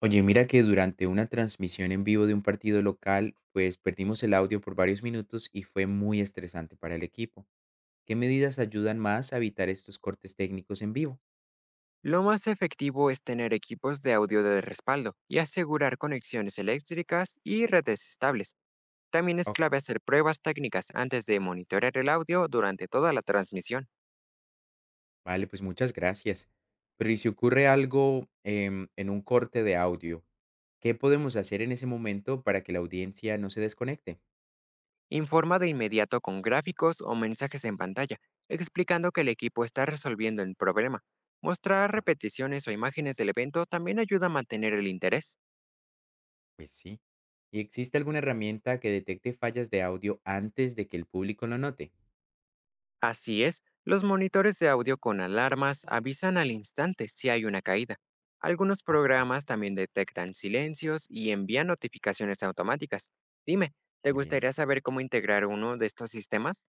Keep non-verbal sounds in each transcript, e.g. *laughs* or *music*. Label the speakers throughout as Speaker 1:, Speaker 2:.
Speaker 1: Oye, mira que durante una transmisión en vivo de un partido local, pues perdimos el audio por varios minutos y fue muy estresante para el equipo. ¿Qué medidas ayudan más a evitar estos cortes técnicos en vivo?
Speaker 2: Lo más efectivo es tener equipos de audio de respaldo y asegurar conexiones eléctricas y redes estables. También es
Speaker 1: Ok,
Speaker 2: clave hacer pruebas técnicas antes de monitorear el audio durante toda la transmisión.
Speaker 1: vale, pues muchas gracias. Pero ¿y si ocurre algo en un corte de audio? ¿Qué podemos hacer en ese momento para que la audiencia no se desconecte?
Speaker 2: Informa de inmediato con gráficos o mensajes en pantalla, explicando que el equipo está resolviendo el problema. Mostrar
Speaker 1: Ah,
Speaker 2: repeticiones o imágenes del evento también ayuda a mantener el interés.
Speaker 1: pues sí. ¿Y existe alguna herramienta que detecte fallas de audio antes de que el público lo note?
Speaker 2: Así es, los monitores de audio con alarmas avisan al instante si hay una caída. Algunos
Speaker 1: Ah,
Speaker 2: programas también detectan silencios y envían notificaciones automáticas. Dime, ¿te
Speaker 1: muy bien.
Speaker 2: gustaría saber cómo integrar uno de estos sistemas?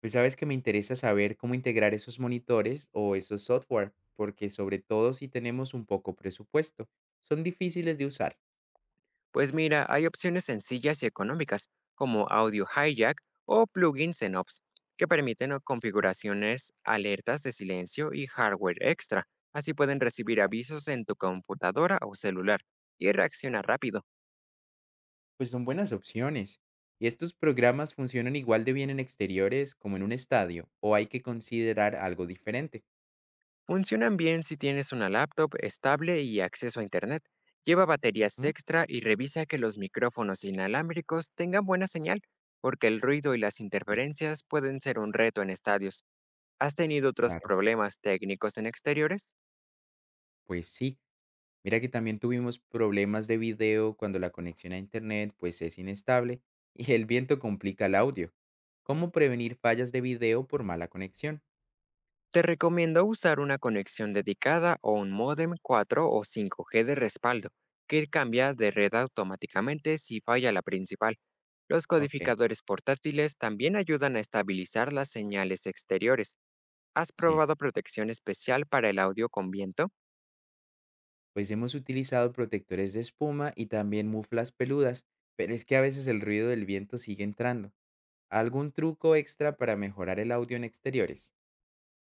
Speaker 1: Pues sabes que me interesa saber cómo integrar esos monitores o esos software, porque sobre todo si tenemos un poco presupuesto, son difíciles de usar.
Speaker 2: Pues mira, hay opciones sencillas y económicas, como Audio Hijack o plugins en Ops, que permiten o configuraciones, alertas de silencio y hardware extra. Así pueden recibir
Speaker 1: Vale.
Speaker 2: avisos en tu computadora o celular y reaccionar rápido.
Speaker 1: Pues son buenas opciones. ¿Y estos programas funcionan igual de bien en exteriores como en un estadio o hay que considerar algo diferente?
Speaker 2: Funcionan bien si tienes una laptop estable y acceso a Internet. Lleva baterías
Speaker 1: Ujú.
Speaker 2: extra y revisa que los micrófonos inalámbricos tengan buena señal, porque el ruido y las
Speaker 1: Sí,
Speaker 2: interferencias pueden ser un reto en estadios. ¿Has tenido otros
Speaker 1: claro.
Speaker 2: problemas técnicos en exteriores?
Speaker 1: Pues sí. Mira que también tuvimos problemas de video cuando la conexión a internet pues es inestable *laughs* y el viento complica el audio. ¿Cómo prevenir fallas de video por mala conexión?
Speaker 2: Te recomiendo usar una conexión dedicada o un modem 4 o 5G de respaldo, que cambia de red automáticamente si falla la principal. Los
Speaker 1: Ok,
Speaker 2: codificadores portátiles también ayudan a estabilizar las señales exteriores. ¿Has
Speaker 1: sí.
Speaker 2: probado protección especial para el audio con viento?
Speaker 1: Pues hemos utilizado protectores de espuma y también muflas peludas, pero es que a veces el ruido del viento sigue entrando. ¿Algún truco extra para mejorar el audio en exteriores?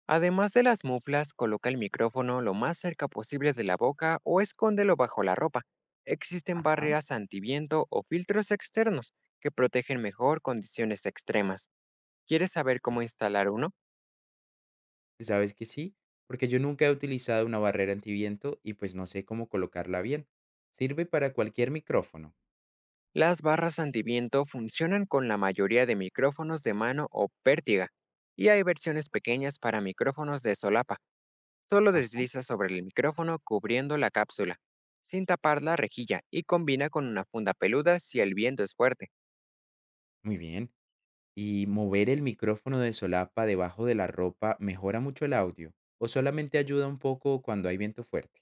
Speaker 2: Además de las muflas, coloca el micrófono lo más cerca posible de la boca o escóndelo bajo la ropa. Existen
Speaker 1: Ajá.
Speaker 2: barreras antiviento o filtros externos que protegen mejor condiciones extremas. ¿Quieres saber cómo
Speaker 1: Sí.
Speaker 2: instalar uno?
Speaker 1: Pues sabes que sí, porque yo nunca he utilizado una barrera antiviento y pues no sé cómo colocarla bien. Sirve para cualquier micrófono.
Speaker 2: Las barras antiviento funcionan con la mayoría de micrófonos de mano o pértiga, y hay versiones pequeñas para micrófonos de solapa. Solo
Speaker 1: Ajá.
Speaker 2: desliza sobre el micrófono cubriendo la cápsula, sin tapar la rejilla y combina con una funda peluda si el viento es fuerte.
Speaker 1: Muy bien. ¿Y mover el micrófono de solapa debajo de la ropa mejora mucho el audio o solamente ayuda un poco cuando hay viento fuerte?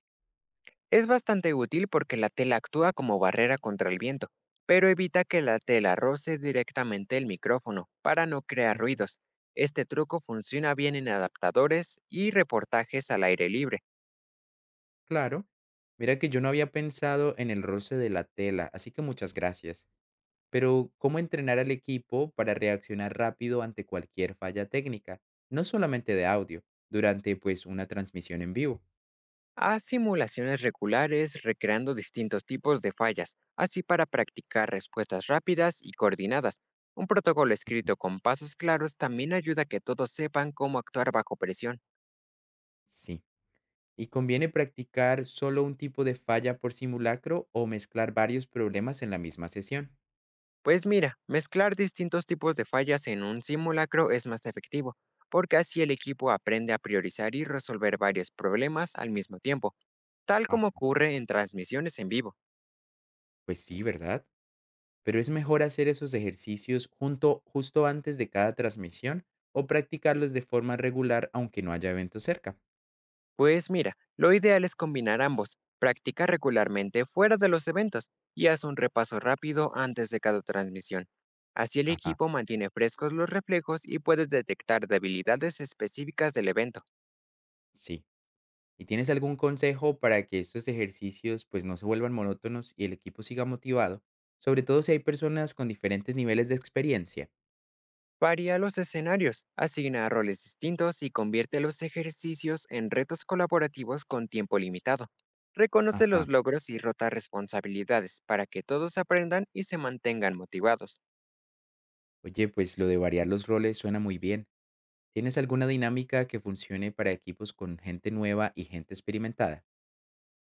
Speaker 2: Es bastante útil porque la tela actúa como barrera contra el viento, pero evita que la tela roce directamente el micrófono para no crear ruidos. Este truco funciona bien en adaptadores y reportajes al aire libre.
Speaker 1: Claro. Mira que yo no había pensado en el roce de la tela, así que muchas gracias. Pero ¿cómo entrenar al equipo para reaccionar rápido ante cualquier falla técnica? No solamente de audio, durante pues una transmisión en vivo.
Speaker 2: Haz simulaciones regulares recreando distintos tipos de fallas, así para practicar respuestas rápidas y coordinadas. Un protocolo escrito con pasos claros también ayuda a que todos sepan cómo actuar bajo presión.
Speaker 1: Sí. ¿Y conviene practicar solo un tipo de falla por simulacro o mezclar varios problemas en la misma sesión?
Speaker 2: Pues mira, mezclar distintos tipos de fallas en un simulacro es más efectivo, porque así el equipo aprende a priorizar y resolver varios problemas al mismo tiempo, tal
Speaker 1: Ah,
Speaker 2: como ocurre en transmisiones en vivo.
Speaker 1: pues sí, ¿verdad? Pero es mejor hacer esos ejercicios justo antes de cada transmisión o practicarlos de forma regular aunque no haya eventos cerca.
Speaker 2: Pues mira, lo ideal es combinar ambos. Practica regularmente fuera de los eventos y haz un repaso rápido antes de cada transmisión. Así el
Speaker 1: Ajá,
Speaker 2: equipo mantiene frescos los reflejos y puede detectar debilidades específicas del evento.
Speaker 1: sí. ¿Y tienes algún consejo para que estos ejercicios pues no se vuelvan monótonos y el equipo siga motivado? Sobre todo si hay personas con diferentes niveles de experiencia.
Speaker 2: Varía los escenarios, asigna roles distintos y convierte los ejercicios en retos colaborativos con tiempo limitado. Reconoce
Speaker 1: Ajá.
Speaker 2: los logros y rota responsabilidades para que todos aprendan y se mantengan motivados.
Speaker 1: Oye, pues lo de variar los roles suena muy bien. ¿Tienes alguna dinámica que funcione para equipos con gente nueva y gente experimentada?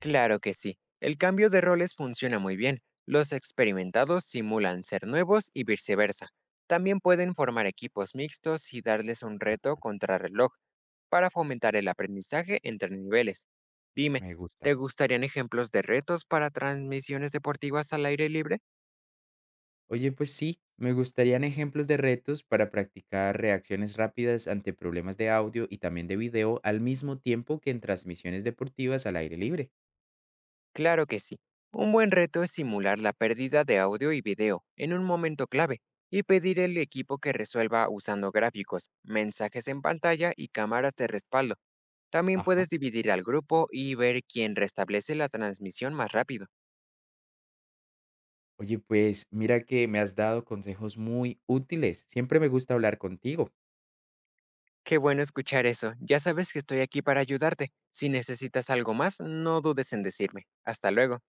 Speaker 2: Claro que sí. El cambio de roles funciona muy bien. Los experimentados simulan ser nuevos y viceversa. También pueden formar equipos mixtos y darles un reto contrarreloj para fomentar el aprendizaje entre niveles. Dime,
Speaker 1: Me
Speaker 2: ¿te
Speaker 1: gusta.
Speaker 2: gustarían ejemplos de retos para transmisiones deportivas al aire libre?
Speaker 1: Oye, pues sí, me gustarían ejemplos de retos para practicar reacciones rápidas ante problemas de audio y también de video al mismo tiempo que en transmisiones deportivas al aire libre.
Speaker 2: Claro que sí. Un buen reto es simular la pérdida de audio y video en un momento clave y pedir al equipo que resuelva usando gráficos, mensajes en pantalla y cámaras de respaldo. También
Speaker 1: Ajá.
Speaker 2: puedes dividir al grupo y ver quién restablece la transmisión más rápido.
Speaker 1: Oye, pues mira que me has dado consejos muy útiles. Siempre me gusta hablar contigo.
Speaker 2: Qué bueno escuchar eso. Ya sabes que estoy aquí para ayudarte. Si necesitas algo más, no dudes en decirme. Hasta luego.